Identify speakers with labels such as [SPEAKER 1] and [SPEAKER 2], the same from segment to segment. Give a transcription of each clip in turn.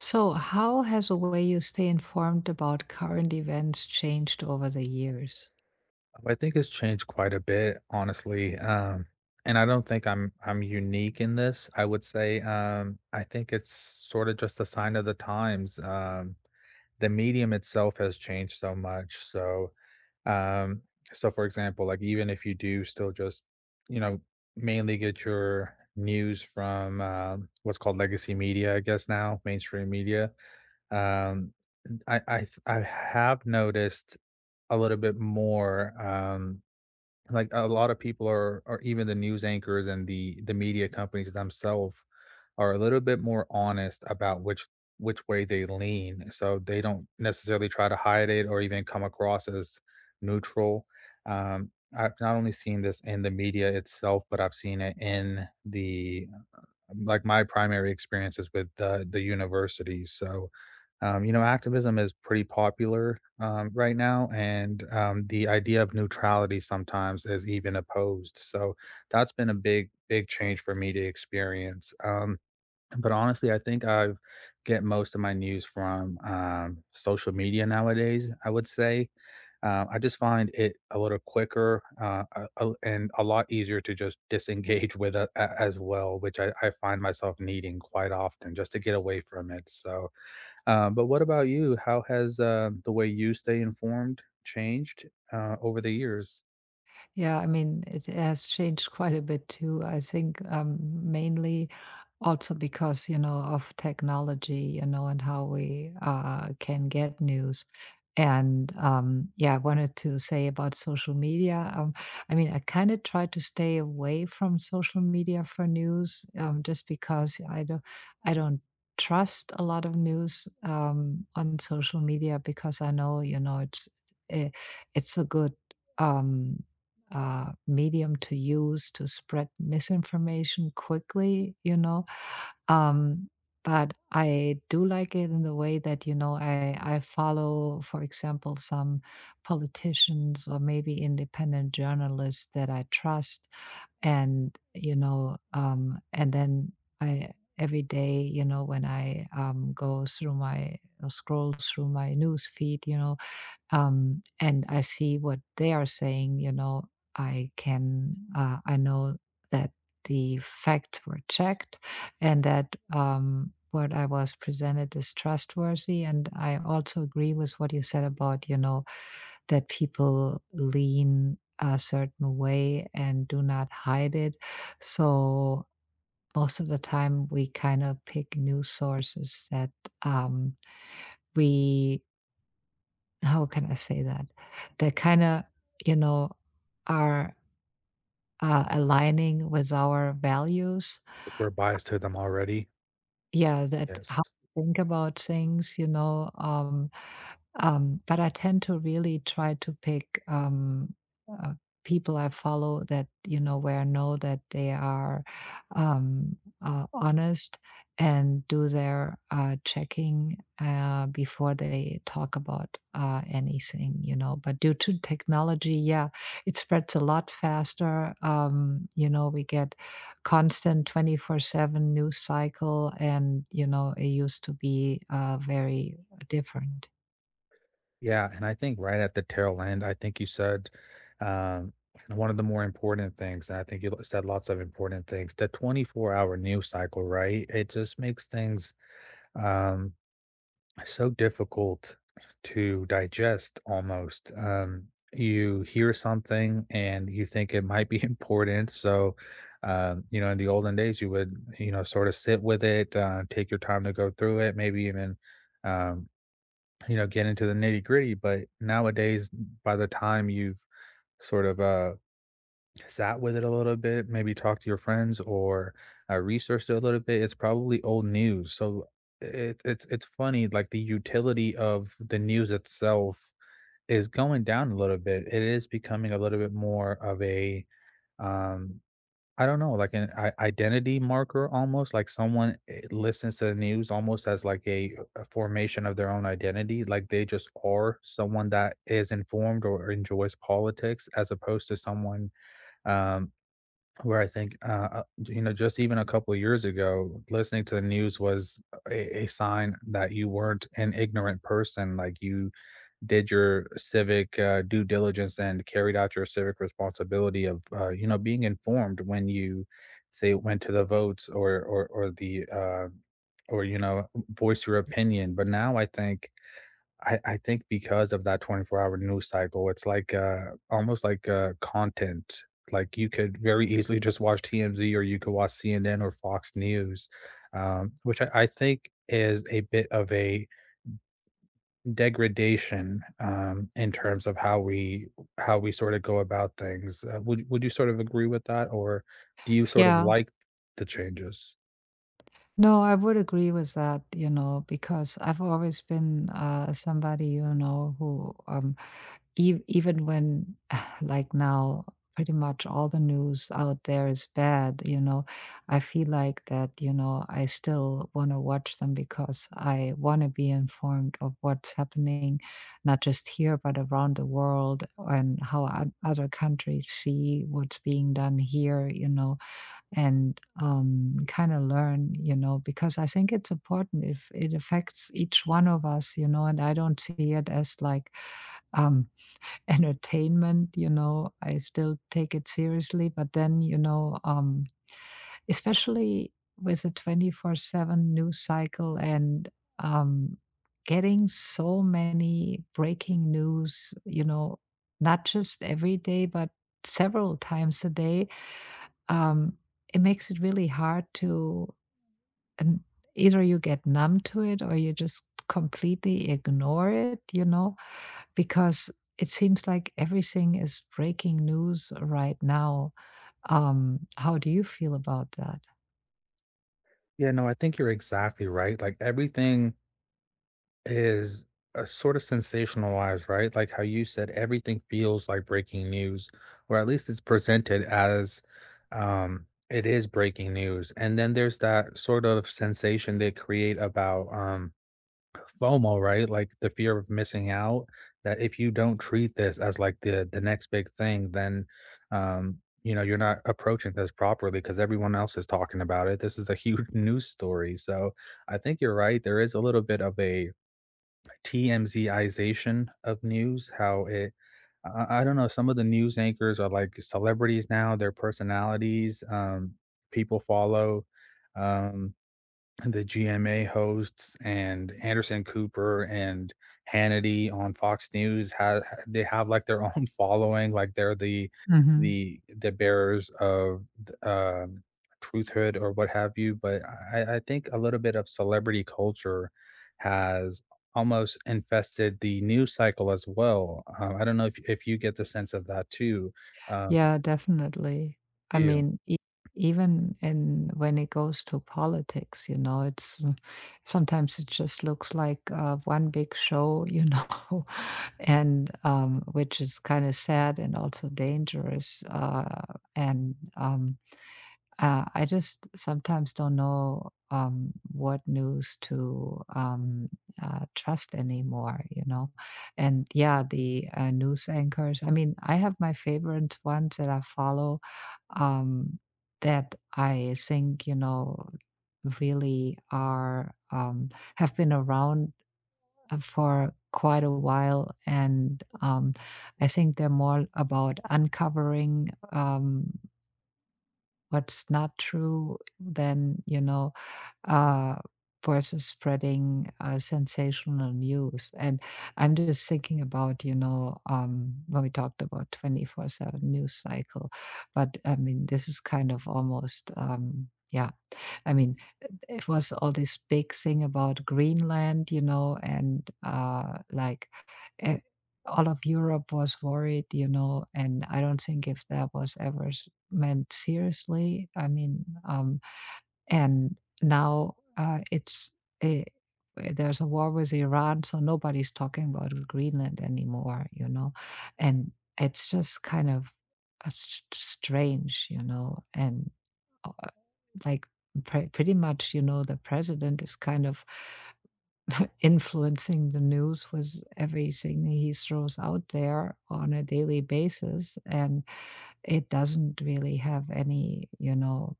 [SPEAKER 1] So, how has the way you stay informed about current events changed over the years?
[SPEAKER 2] I think it's changed quite a bit, honestly. And I don't think I'm unique in this. I would say I think it's sort of just a sign of the times. The medium itself has changed so much. Um, so for example, like even if you do still just, you know, mainly get your news from what's called legacy media, I guess now mainstream media. Um, I have noticed a little bit more. Like a lot of people are or even the news anchors and the media companies themselves are a little bit more honest about which way they lean, so they don't necessarily try to hide it or even come across as neutral. um I've not only seen this in the media itself, but I've seen it in the my primary experience is with the universities. So, activism is pretty popular right now, and the idea of neutrality sometimes is even opposed. So that's been a big change for me to experience. But honestly, I think I get most of my news from social media nowadays. I would say I just find it a little quicker and a lot easier to just disengage with as well, which I find myself needing quite often just to get away from it. So, but what about you? How has the way you stay informed changed over the years?
[SPEAKER 1] Yeah, I mean, it has changed quite a bit too. I think mainly also because, you know, of technology, you know, and how we can get news. And yeah, I wanted to say about social media. I mean, I kind of try to stay away from social media for news, just because I don't trust a lot of news on social media because I know, you know, it, it's a good. Um, Medium to use to spread misinformation quickly, you know. Um, but I do like it in the way that, you know, I follow, for example, some politicians or maybe independent journalists that I trust. And, you know, and then I, every day, you know, when I go through my, scroll through my news feed, you know, and I see what they are saying, you know, I can, I know that the facts were checked and that what I was presented is trustworthy. And I also agree with what you said about, you know, that people lean a certain way and do not hide it. So most of the time, we kind of pick news sources that um, we how can I say that? That kind of, you know, are aligning with our values.
[SPEAKER 2] We're biased to them already.
[SPEAKER 1] Yeah, that how
[SPEAKER 2] Yes.
[SPEAKER 1] we think about things, you know, but I tend to really try to pick uh, people I follow that you know where I know that they are um, honest and do their checking before they talk about anything. You know, but due to technology, yeah, it spreads a lot faster. You know, we get constant 24/7 news cycle, and you know, it used to be very different.
[SPEAKER 2] Yeah. And I think right at the tail end, I think you said um, one of the more important things, and I think you said lots of important things, the 24-hour news cycle, right? It just makes things um, so difficult to digest almost. You hear something and you think it might be important. So, you know, in the olden days, you would, you know, sort of sit with it, take your time to go through it, maybe even, um, you know, get into the nitty gritty. But nowadays, by the time you've sort of sat with it a little bit, maybe talked to your friends or researched it a little bit, it's probably old news. So it's funny, like the utility of the news itself is going down a little bit. It is becoming a little bit more of a um, I don't know, like an identity marker almost. Like someone listens to the news almost as like a formation of their own identity. Like they just are someone that is informed or enjoys politics, as opposed to someone um, where I think, you know, just even a couple of years ago, listening to the news was a sign that you weren't an ignorant person. Like you did your civic due diligence and carried out your civic responsibility of, you know, being informed when you say went to the votes or or the or you know voice your opinion. But now I think I think because of that 24-hour news cycle, it's like, almost like, content. Like, you could very easily just watch TMZ or you could watch CNN or Fox News, which I think is a bit of a degradation, in terms of how we sort of go about things. Would you sort of agree with that, or do you sort of
[SPEAKER 1] Yeah,
[SPEAKER 2] like the changes?
[SPEAKER 1] no, I would agree with that, you know, because I've always been somebody, you know, who e even when like now pretty much all the news out there is bad, you know, I feel like that, you know, I still want to watch them because I want to be informed of what's happening, not just here, but around the world and how o- other countries see what's being done here, you know and kind of learn, you know, because I think it's important if it affects each one of us, you know, and I don't see it as like um, entertainment, you know, I still take it seriously. But then, you know, especially with a 24/7 news cycle and um, getting so many breaking news, you know, not just every day, but several times a day um, it makes it really hard to and either you get numb to it or you just completely ignore it, you know, because it seems like everything is breaking news right now. How do you feel about that?
[SPEAKER 2] Yeah, no, I think you're exactly right. Like, everything is, sort of sensationalized, right? Like how you said, everything feels like breaking news, or at least it's presented as, it is breaking news. And then there's that sort of sensation they create about, FOMO, right? Like the fear of missing out, that if you don't treat this as like the next big thing, then, you know, you're not approaching this properly because everyone else is talking about it. This is a huge news story. So I think you're right. There is a little bit of a TMZization of news, how it I don't know, some of the news anchors are like celebrities now, their personalities, people follow. Um, the GMA hosts and Anderson Cooper and Hannity on Fox News have they have like their own following, like they're the
[SPEAKER 1] Hmm,
[SPEAKER 2] the the bearers of uh, truthhood or what have you. But I think a little bit of celebrity culture has almost infested the news cycle as well. I don't know if you get the sense of that too. Um,
[SPEAKER 1] yeah, definitely. I
[SPEAKER 2] you?
[SPEAKER 1] mean, e- even in when it goes to politics, you know, it's sometimes it just looks like one big show, you know, and which is kind of sad and also dangerous. And I just sometimes don't know what news to trust anymore, you know. And yeah, the news anchors. I mean, I have my favorite ones that I follow um, that I think you know really are have been around for quite a while, and I think they're more about uncovering. What's not true, then, you know, uh, versus spreading sensational news. And I'm just thinking about, you know, when we talked about 24/7 news cycle, but I mean, this is kind of almost, yeah, I mean, it was all this big thing about Greenland, you know, and like eh, all of Europe was worried, you know, and I don't think if that was ever s- meant seriously. I mean, and now a, there's a war with Iran, so nobody's talking about Greenland anymore, you know, and it's just kind of s- strange, you know, and uh, like pre- pretty much, you know, the president is kind of influencing the news with everything he throws out there on a daily basis. And it doesn't really have any, you know,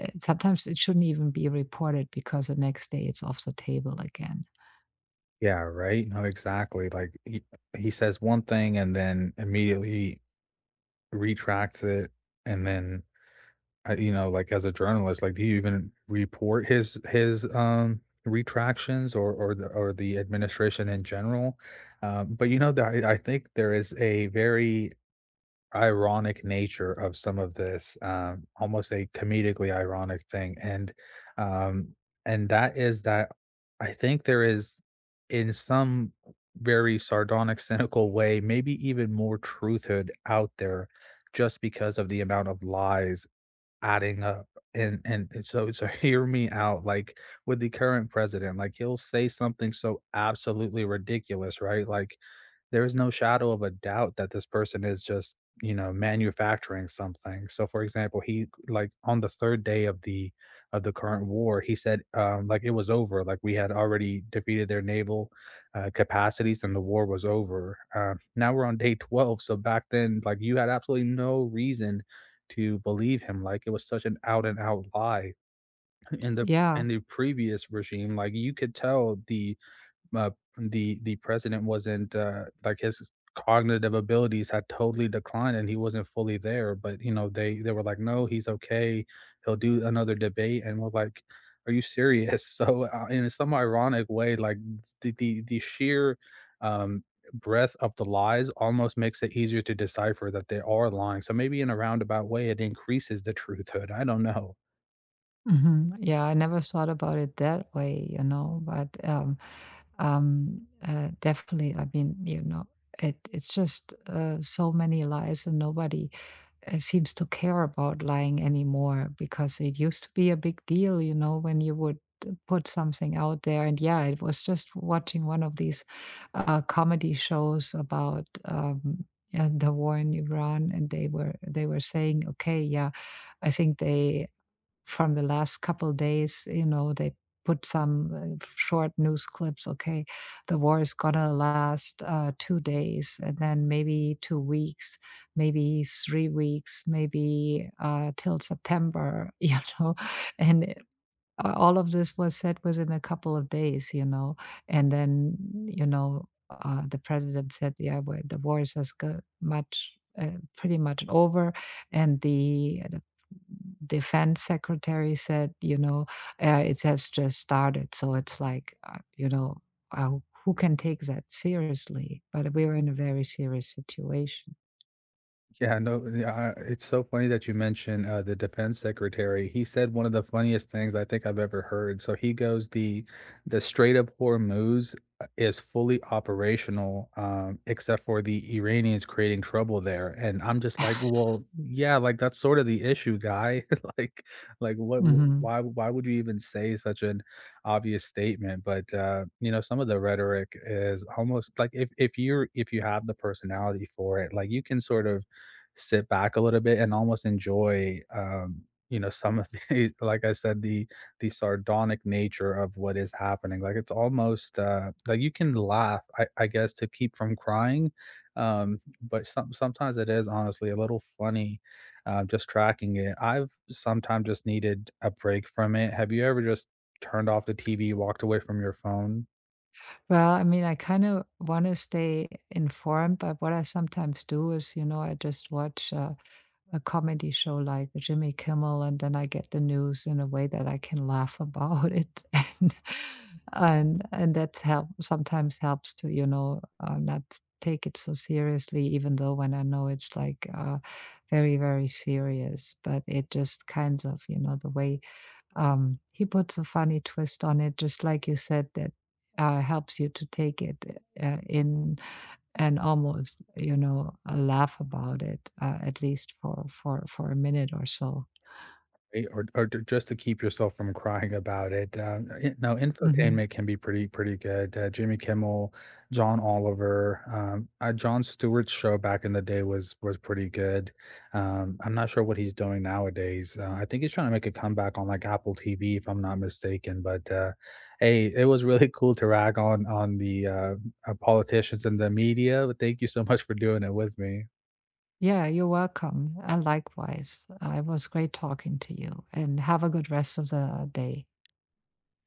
[SPEAKER 1] sometimes it shouldn't even be reported because the next day it's off the table again.
[SPEAKER 2] Yeah, right. No, exactly. He says one thing and then immediately retracts it, and then you know, like as a journalist, like do you even report his retractions or the administration in general. But you know that I think there is a very ironic nature of some of this, almost a comedically ironic thing, um, and that is that I think there is, in some very sardonic, cynical way, maybe even more truthhood out there just because of the amount of lies adding up, and so hear me out, like, with the current president, like, he'll say something so absolutely ridiculous, right? Like, there is no shadow of a doubt that this person is just, you know, manufacturing something. So for example, he like on the 3rd day of the current war, he said, like it was over, like we had already defeated their naval, capacities and the war was over. Now we're on day 12, so back then, like you had absolutely no reason to believe him, like it was such an out and out lie. In the
[SPEAKER 1] Yeah.
[SPEAKER 2] in the previous regime, like you could tell uh, the president wasn't like his cognitive abilities had totally declined and he wasn't fully there. But you know, they were like, no, he's okay. He'll do another debate, and we're like, are you serious? So in some ironic way, like the sheer um, breadth of the lies almost makes it easier to decipher that they are lying. So maybe in a roundabout way, it increases the truthhood. I don't know.
[SPEAKER 1] Hmm, yeah, I never thought about it that way, you know, but definitely, I mean, you know, it's just so many lies and nobody seems to care about lying anymore because it used to be a big deal, you know, when you would put something out there. And yeah, it was just watching one of these comedy shows about the war in Iran, and they were saying, okay, yeah, I think they from the last couple of days, you know, they put some short news clips. Okay, the war is gonna last 2 days, and then maybe 2 weeks, maybe 3 weeks, maybe till September. You know, and all of this was said within a couple of days, you know, and then you know the president said, "Yeah, well, the war is as go- much, pretty much over," and the defense secretary said, "You know, it has just started." So it's like, you know, uh, who can take that seriously? But we were in a very serious situation.
[SPEAKER 2] Yeah, no, yeah, it's so funny that you mentioned the defense secretary. He said one of the funniest things I think I've ever heard. So he goes, the Strait of Hormuz is fully operational, except for the Iranians creating trouble there. And I'm just like, well, yeah, like that's sort of the issue, guy. like, like what?
[SPEAKER 1] Hmm.
[SPEAKER 2] Why? Why would you even say such an obvious statement? But you know, some of the rhetoric is almost like if you're if you have the personality for it, like you can sort of sit back a little bit and almost enjoy you know some of the like I said the sardonic nature of what is happening, like it's almost like you can laugh, I guess to keep from crying. But sometimes it is honestly a little funny, just tracking it. I've sometimes just needed a break from it. Have you ever just turned off the TV, walked away from your phone?
[SPEAKER 1] Well, I mean, I kind of want to stay informed, but what I sometimes do is, you know, I just watch a comedy show like Jimmy Kimmel, and then I get the news in a way that I can laugh about it, and that help sometimes helps to, you know, not take it so seriously, even though when I know it's like very, very serious, but it just kinds of, you know, the way he puts a funny twist on it, just like you said, that helps you to take it in and almost, you know, laugh about it, at least for a minute or so.
[SPEAKER 2] Right, or to just to keep yourself from crying about it, I no,
[SPEAKER 1] Hmm.
[SPEAKER 2] infotainment can be pretty good, Jimmy Kimmel, John Oliver, Jon Stewart's show back in the day was pretty good, I'm not sure what he's doing nowadays, I think he's trying to make a comeback on, like, Apple TV, if I'm not mistaken, but, hey, it was really cool to rag on the, politicians and the media, but thank you so much for doing it with me.
[SPEAKER 1] Yeah, you're welcome. And likewise, it was great talking to you, and have a good rest of the day.